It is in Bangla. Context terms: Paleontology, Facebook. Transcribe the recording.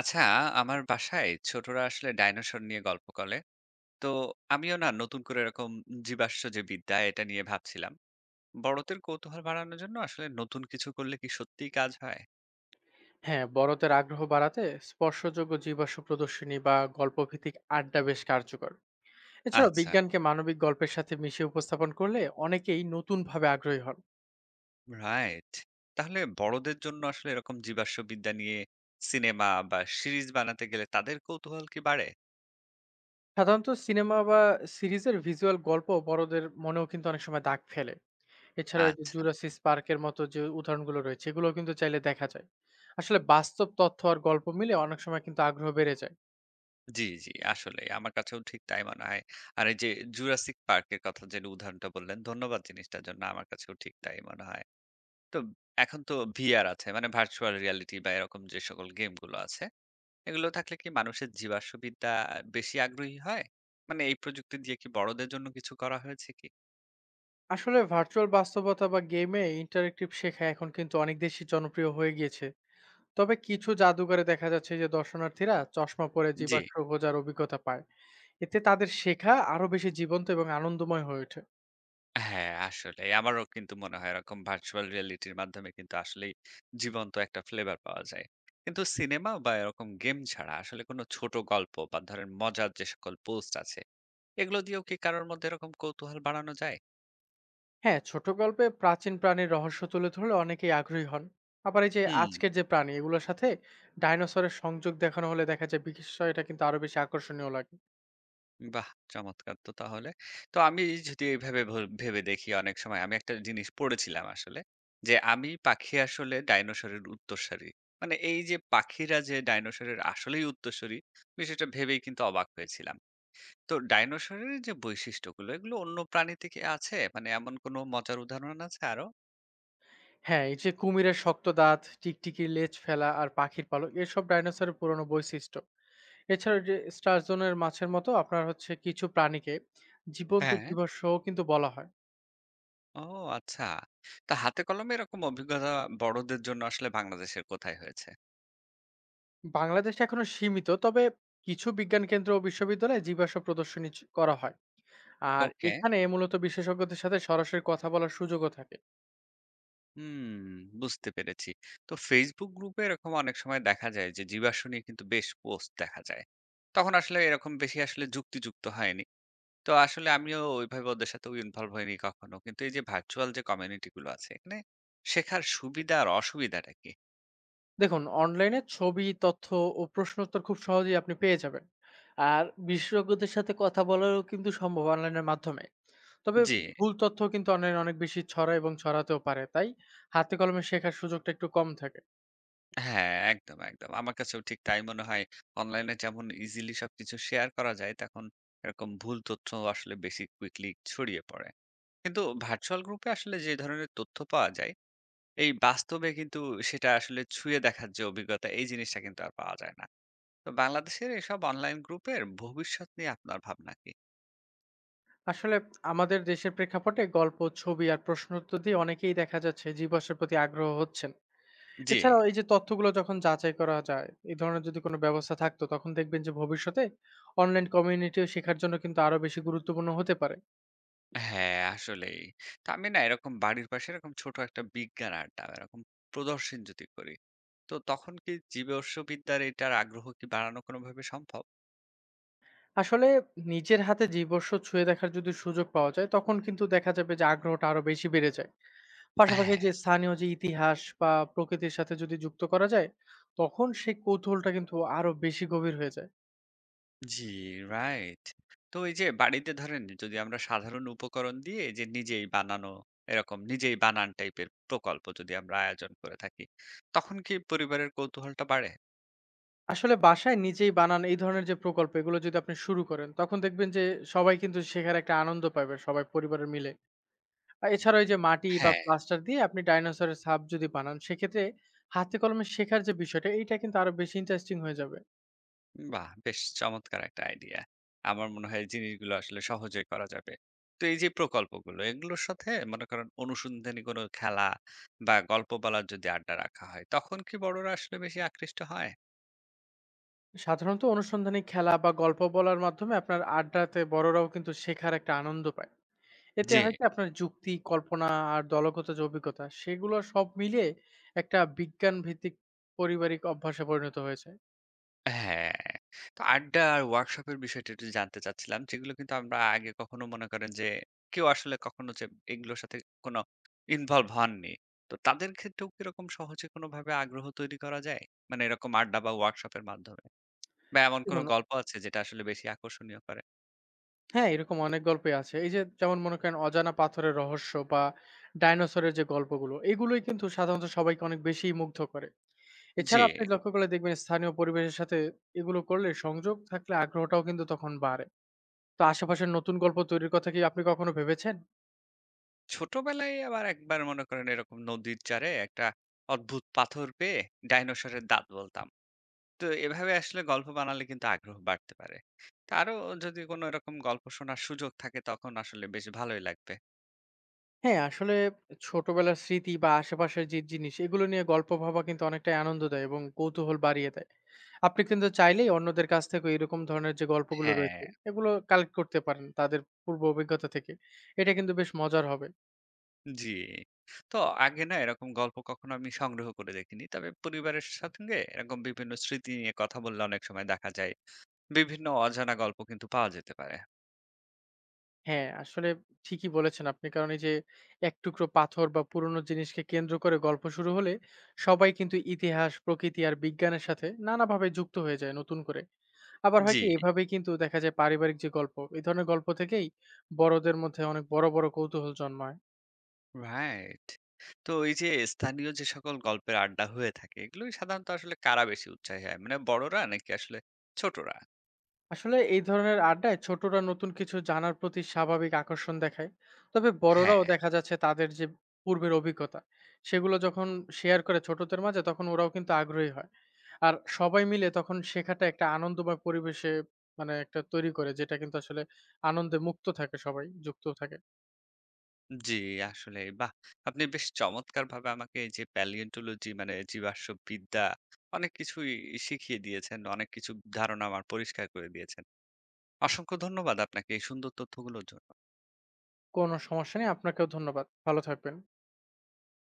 আচ্ছা, আমার বাসায় ছোটরা আসলে ডাইনোসর নিয়ে গল্প করে। তো আমিও না নতুন করে এরকম জীবাশ্ম যে বিদ্যা এটা নিয়ে ভাবছিলাম। বড়দের কৌতূহল বাড়ানোর জন্য আসলে নতুন কিছু করলে কি সত্যিই কাজ হয়? হ্যাঁ, বড়দের আগ্রহ বাড়াতে স্পর্শযোগ্য জীবাশ্ম প্রদর্শনী বা গল্পভিত্তিক আড্ডা বেশ কার্যকর। এছাড়াও আচ্ছা, বিজ্ঞানকে মানবিক গল্পের সাথে মিশিয়ে উপস্থাপন করলে অনেকেই নতুনভাবে আগ্রহী হন। রাইট। তাহলে বড়দের জন্য আসলে এরকম জীবাশ্ম বিদ্যা নিয়ে সিনেমা বা সিরিজ বানাতে গেলে তাদের কৌতূহল কি বাড়ে? সাধারণত সিনেমা বা সিরিজের ভিজুয়াল গল্প বড়দের মনেও কিন্তু অনেক সময় দাগ ফেলে। এছাড়াও এই যে আচ্ছা। জুরাসিস পার্কের মতো যে উদাহরণগুলো রয়েছে এগুলো কিন্তু চাইলে দেখা যায়। আসলে বাস্তব তথ্য আর গল্প মিলে অনেক সময় কিন্তু আগ্রহ বেড়ে যায়। জি, আসলে আমার কাছেও ঠিক তাই মনে হয়। আর এই যে জুরাসিক পার্কের কথা যে উদাহরণটা বললেন, ধন্যবাদ জিনিসটার জন্য। আমার কাছেও ঠিক তাই মনে হয়। তো এখন তো ভিআর আছে মানে ভার্চুয়াল রিয়ালিটি বা এরকম যে সকল গেমগুলো আছে এগুলো থাকলে কি মানুষের জীবাশ্মবিদ্যা বেশি আগ্রহী হয় মানে এই প্রযুক্তি দিয়ে কি বড়দের জন্য কিছু করা হয়েছে কি? আসলে ভার্চুয়াল বাস্তবতা বা গেমে ইন্টারেক্টিভ শেখা এখন কিন্তু অনেক দেশই জনপ্রিয় হয়ে গিয়েছে। তবে কিছু জাদুঘরে দেখা যাচ্ছে যে দর্শনার্থীরা চশমা পরে জি। জীবাশ্ম খোঁজার অভিজ্ঞতা পায়। এতে তাদের শেখা আরো বেশি জীবন্ত এবং আনন্দময় হয়ে ওঠে। হ্যাঁ আসলে আমারও কিন্তু মনে হয় এরকম ভার্চুয়াল রিয়ালিটির মাধ্যমে কিন্তু আসলেই জীবন্ত একটা ফ্লেভার পাওয়া যায়। কিন্তু সিনেমা বা এরকম গেম ছাড়া আসলে কোনো ছোট গল্প বা ধরেন মজার যে সকল পোস্ট আছে এগুলো দিয়েও কি কারোর মধ্যে এরকম কৌতূহল বাড়ানো যায়? হ্যাঁ, ছোট গল্পে প্রাচীন প্রাণীর রহস্য তুলে ধরলে অনেকেই আগ্রহী হন। আবার এই যে হুম। আজকের যে প্রাণী এগুলোর সাথে ডাইনোসরের সংযোগ দেখানো হলে দেখা যায় বিষয়টা কিন্তু আরো বেশি আকর্ষণীয় লাগে। বাহ! চমৎকার তো তাহলে। তো আমি যদি এইভাবে ভেবে দেখি অনেক সময় আমি একটা জিনিস পড়েছিলাম আসলে, যে আমি পাখি আসলে ডাইনোসরের উত্তরসূরি। মানে এই যে পাখিরা যে ডাইনোসরের আসলেই উত্তরসূরি, বিষয়টা ভেবেই কিন্তু অবাক হয়েছিলাম। তো ডাইনোসরের যে বৈশিষ্ট্যগুলো এগুলো অন্য প্রাণীতে কি আছে? মানে এমন কোনো মজার উদাহরণ আছে আরো? হ্যাঁ, এই যে কুমিরের শক্ত দাঁত, টিকটিকির লেজ ফেলা আর পাখির পালক এসব ডাইনোসরের পুরনো বৈশিষ্ট্য। এছাড়া যে স্টারজনের মাছের মতো আপনার হচ্ছে কিছু প্রাণীকে জীবন্ত হ্যাঁ। জীবাশ্মও কিন্তু বলা হয়। ও আচ্ছা। তা হাতে কলমে এরকম অভিজ্ঞতা বড়দের জন্য আসলে বাংলাদেশের কোথায় হয়েছে? বাংলাদেশে এখনো সীমিত, তবে কিছু বিজ্ঞান কেন্দ্র ও বিশ্ববিদ্যালয়ে জীবাশ্ম প্রদর্শনী করা হয়। আর ওকে। এখানে মূলত বিশেষজ্ঞদের সাথে সরাসরি কথা বলার সুযোগও থাকে। হুম, বুঝতে পেরেছি। তো Facebook গ্রুপে এরকম অনেক সময় দেখা যায় যে জীবাশ্ম নিয়ে কিন্তু বেশ পোস্ট দেখা যায়। তখন আসলে এরকম বেশি আসলে যুক্তিযুক্ত হয়নি। তো আসলে আমিও ওইভাবে ওদের সাথে ইনভলভ হইনি কখনো। কিন্তু এই যে ভার্চুয়াল যে কমিউনিটি গুলো আছে এখানে শেখার সুবিধা আর অসুবিধাটা কি? দেখুন, অনলাইনে ছবি, তথ্য ও প্রশ্নোত্তর খুব সহজেই আপনি পেয়ে যাবেন। আর বিশেষজ্ঞদের সাথে কথা বলারও কিন্তু সম্ভব অনলাইনের মাধ্যমে। তবে জি। ভুল তথ্য কিন্তু অনলাইনে অনেক বেশি ছড়ায় এবং ছড়াতেও পারে, তাই হাতে কলমে শেখার সুযোগটা একটু কম থাকে। হ্যাঁ, একদম। আমার কাছেও ঠিক তাই মনে হয়। অনলাইনে যেমন ইজিলি সবকিছু শেয়ার করা যায় তখন এরকম ভুল তথ্য আসলে বেশি কুইকলি ছড়িয়ে পড়ে। কিন্তু ভার্চুয়াল গ্রুপে আসলে যে ধরনের তথ্য পাওয়া যায় এই বাস্তবে কিন্তু সেটা আসলে ছুঁয়ে দেখার যে অভিজ্ঞতা, এই জিনিসটা কিন্তু আর পাওয়া যায় না। তো বাংলাদেশের এসব অনলাইন গ্রুপের ভবিষ্যৎ নিয়ে আপনার ভাবনা কি? আসলে আমাদের দেশের প্রেক্ষাপটে গল্প, ছবি আর প্রশ্নোত্তর দিয়ে অনেকেই দেখা যাচ্ছে জীবাশ্মের প্রতি আগ্রহ হচ্ছেন। জি। এছাড়াও এই যে তথ্যগুলো যখন যাচাই করা যায়, এই ধরনের যদি কোনো ব্যবস্থা থাকতো তখন দেখবেন যে ভবিষ্যতে অনলাইন কমিউনিটিও শেখার জন্য কিন্তু আরো বেশি গুরুত্বপূর্ণ হতে পারে। হ্যাঁ, আসলেই। তো আমি না এরকম বাড়ির পাশে এরকম ছোট একটা বিজ্ঞান আড্ডা এরকম প্রদর্শন যদি করি, তো তখন কি জীববিদ্যার এটার আগ্রহ কি বাড়ানো কোনোভাবে সম্ভব? আসলে নিজের হাতে জীবস্ব ছুঁয়ে দেখার যদি সুযোগ পাওয়া যায় তখন কিন্তু দেখা যাবে যে আগ্রহটা আরো বেশি বেড়ে যায়। পাশাপাশি হ্যাঁ। যে স্থানীয় যে ইতিহাস বা প্রকৃতির সাথে যদি যুক্ত করা যায়, তখন সেই কৌতূহলটা কিন্তু আরো বেশি গভীর হয়ে যায়। জি, রাইট। তো এই যে বাড়িতে ধরেন যদি আমরা সাধারণ উপকরণ দিয়ে যে নিজেই বানানো এরকম নিজেই বানান টাইপের প্রকল্প যদি আমরা আয়োজন করে থাকি, তখন কি পরিবারের কৌতূহলটা বাড়ে? আসলে বাসায় নিজেই বানান এই ধরনের যে প্রকল্প এগুলো যদি আপনি শুরু করেন তখন দেখবেন যে সবাই কিন্তু শেখার একটা আনন্দ পাবে সবাই পরিবারের মিলে। এছাড়া ওই যে মাটি বা হ্যাঁ। প্লাস্টার দিয়ে আপনি ডাইনোসরের ছাপ যদি বানান, সেক্ষেত্রে হাতে কলমে শেখার যে বিষয়টা, এইটা কিন্তু আরো বেশি ইন্টারেস্টিং হয়ে যাবে। বাহ! বেশ চমৎকার একটা আইডিয়া। আমার মনে হয় এই জিনিসগুলো আসলে সহজেই করা যাবে। তো এই যে প্রকল্পগুলো এগুলোর সাথে মনে করেন অনুসন্ধানী কোনো খেলা বা গল্প বলার যদি আড্ডা রাখা হয়, তখন কি বড়রা আসলে বেশি আকৃষ্ট হয়? সাধারণত অনুসন্ধানী খেলা বা গল্প বলার মাধ্যমে আপনার আড্ডাতে বড়রাও কিন্তু শেখার একটা আনন্দ পায়। এতে জি। হয় কি আপনার যুক্তি, কল্পনা আর দলগত যে অভিজ্ঞতা, সেগুলো সব মিলিয়ে একটা বিজ্ঞান ভিত্তিক পারিবারিক অভ্যাসে পরিণত হয়েছে। হ্যাঁ, তো আড্ডা আর ওয়ার্কশপের বিষয়টা একটু জানতে চাচ্ছিলাম। যেগুলো কিন্তু আমরা আগে কখনো মনে করেন যে কেউ আসলে কখনো যে এগুলোর সাথে কোনো ইনভলভ হননি। তো তাদের ক্ষেত্রেও কি এরকম সহজে কোনোভাবে আগ্রহ তৈরি করা যায়? মানে এরকম আড্ডা বা ওয়ার্কশপের মাধ্যমে? বা এমন কোনো দেখুন, গল্প আছে যেটা আসলে বেশি আকর্ষণীয় করে? হ্যাঁ, এরকম অনেক গল্পই আছে। এই যে যেমন মনে করেন অজানা পাথরের রহস্য বা ডাইনোসরের যে গল্পগুলো, এগুলোই কিন্তু সাধারণত সবাইকে অনেক বেশি মুগ্ধ করে। জি, এছাড়া আপনি লক্ষ্য করলে দেখবেন স্থানীয় পরিবেশের সাথে এগুলো করলে সংযোগ থাকলে আগ্রহটাও কিন্তু তখন বাড়ে। তো আশেপাশের নতুন গল্প তৈরির কথা কি আপনি কখনো ভেবেছেন? ছোটবেলায় আবার একবার মনে করেন এরকম নদীর চাড়ে একটা অদ্ভুত পাথর পেয়ে ডাইনোসরের দাঁত বলতাম। তো এভাবে আসলে গল্প বানালে কিন্তু আগ্রহ বাড়তে পারে। তো আরো যদি কোনো এরকম গল্প শোনার সুযোগ থাকে তখন আসলে বেশ ভালোই লাগবে। হ্যাঁ, আসলে ছোটবেলার স্মৃতি বা আশেপাশের যে জিনিস, এগুলো নিয়ে গল্প ভাবা কিন্তু অনেকটাই আনন্দ দেয় এবং কৌতূহল বাড়িয়ে দেয়। আপনি কিন্তু চাইলেই অন্যদের কাছ থেকেও এরকম ধরনের যে গল্পগুলো হ্যাঁ। রয়েছে, এগুলো কালেক্ট করতে পারেন তাদের পূর্ব অভিজ্ঞতা থেকে। এটা কিন্তু বেশ মজার হবে। জি। তো আগে না এরকম গল্প কখনো আমি সংগ্রহ করে দেখিনি। তবে পরিবারের সঙ্গে এরকম বিভিন্ন স্মৃতি নিয়ে কথা বললে অনেক সময় দেখা যায় বিভিন্ন অজানা গল্প কিন্তু পাওয়া যেতে পারে। হ্যাঁ, আসলে ঠিকই বলেছেন আপনি। কারণ এই যে এক টুকরো পাথর বা পুরনো জিনিসকে কেন্দ্র করে গল্প শুরু হলে, সবাই কিন্তু ইতিহাস, প্রকৃতি আর বিজ্ঞানের সাথে নানাভাবে যুক্ত হয়ে যায় নতুন করে। আবার হয় জি, কি এভাবেই কিন্তু দেখা যায় পারিবারিক যে গল্প, এই ধরনের গল্প থেকেই বড়দের মধ্যে অনেক বড়, বড় কৌতূহল জন্মায়। রাইট। তো এই যে স্থানীয় যে সকল গল্পের আড্ডা হয়ে থাকে এগুলোই সাধারণত আসলে কারা বেশি উৎসাহী হয়? মানে বড়রা নাকি আসলে ছোটরা? আসলে এই ধরনের আড্ডায় ছোটরা নতুন কিছু জানার প্রতি স্বাভাবিক আকর্ষণ দেখায়। তবে বড়রাও হ্যাঁ। দেখা যাচ্ছে তাদের যে পূর্বের অভিজ্ঞতা, সেগুলো যখন শেয়ার করে ছোটদের মাঝে তখন ওরাও কিন্তু আগ্রহী হয়। আর সবাই মিলে তখন শেখাটা একটা আনন্দময় পরিবেশে, মানে একটা তৈরি করে যেটা কিন্তু আসলে আনন্দে মুক্ত থাকে সবাই, যুক্ত থাকে। জি, আসলে বাহ! আপনি বেশ চমৎকারভাবে আমাকে এই যে প্যালিওন্টোলজি মানে জীবাশ্মবিদ্যা অনেক কিছুই শিখিয়ে দিয়েছেন। অনেক কিছু ধারণা আমার পরিষ্কার করে দিয়েছেন। অসংখ্য ধন্যবাদ আপনাকে এই সুন্দর তথ্যগুলোর জন্য। কোনো সমস্যা নেই। আপনাকেও ধন্যবাদ। ভালো থাকবেন।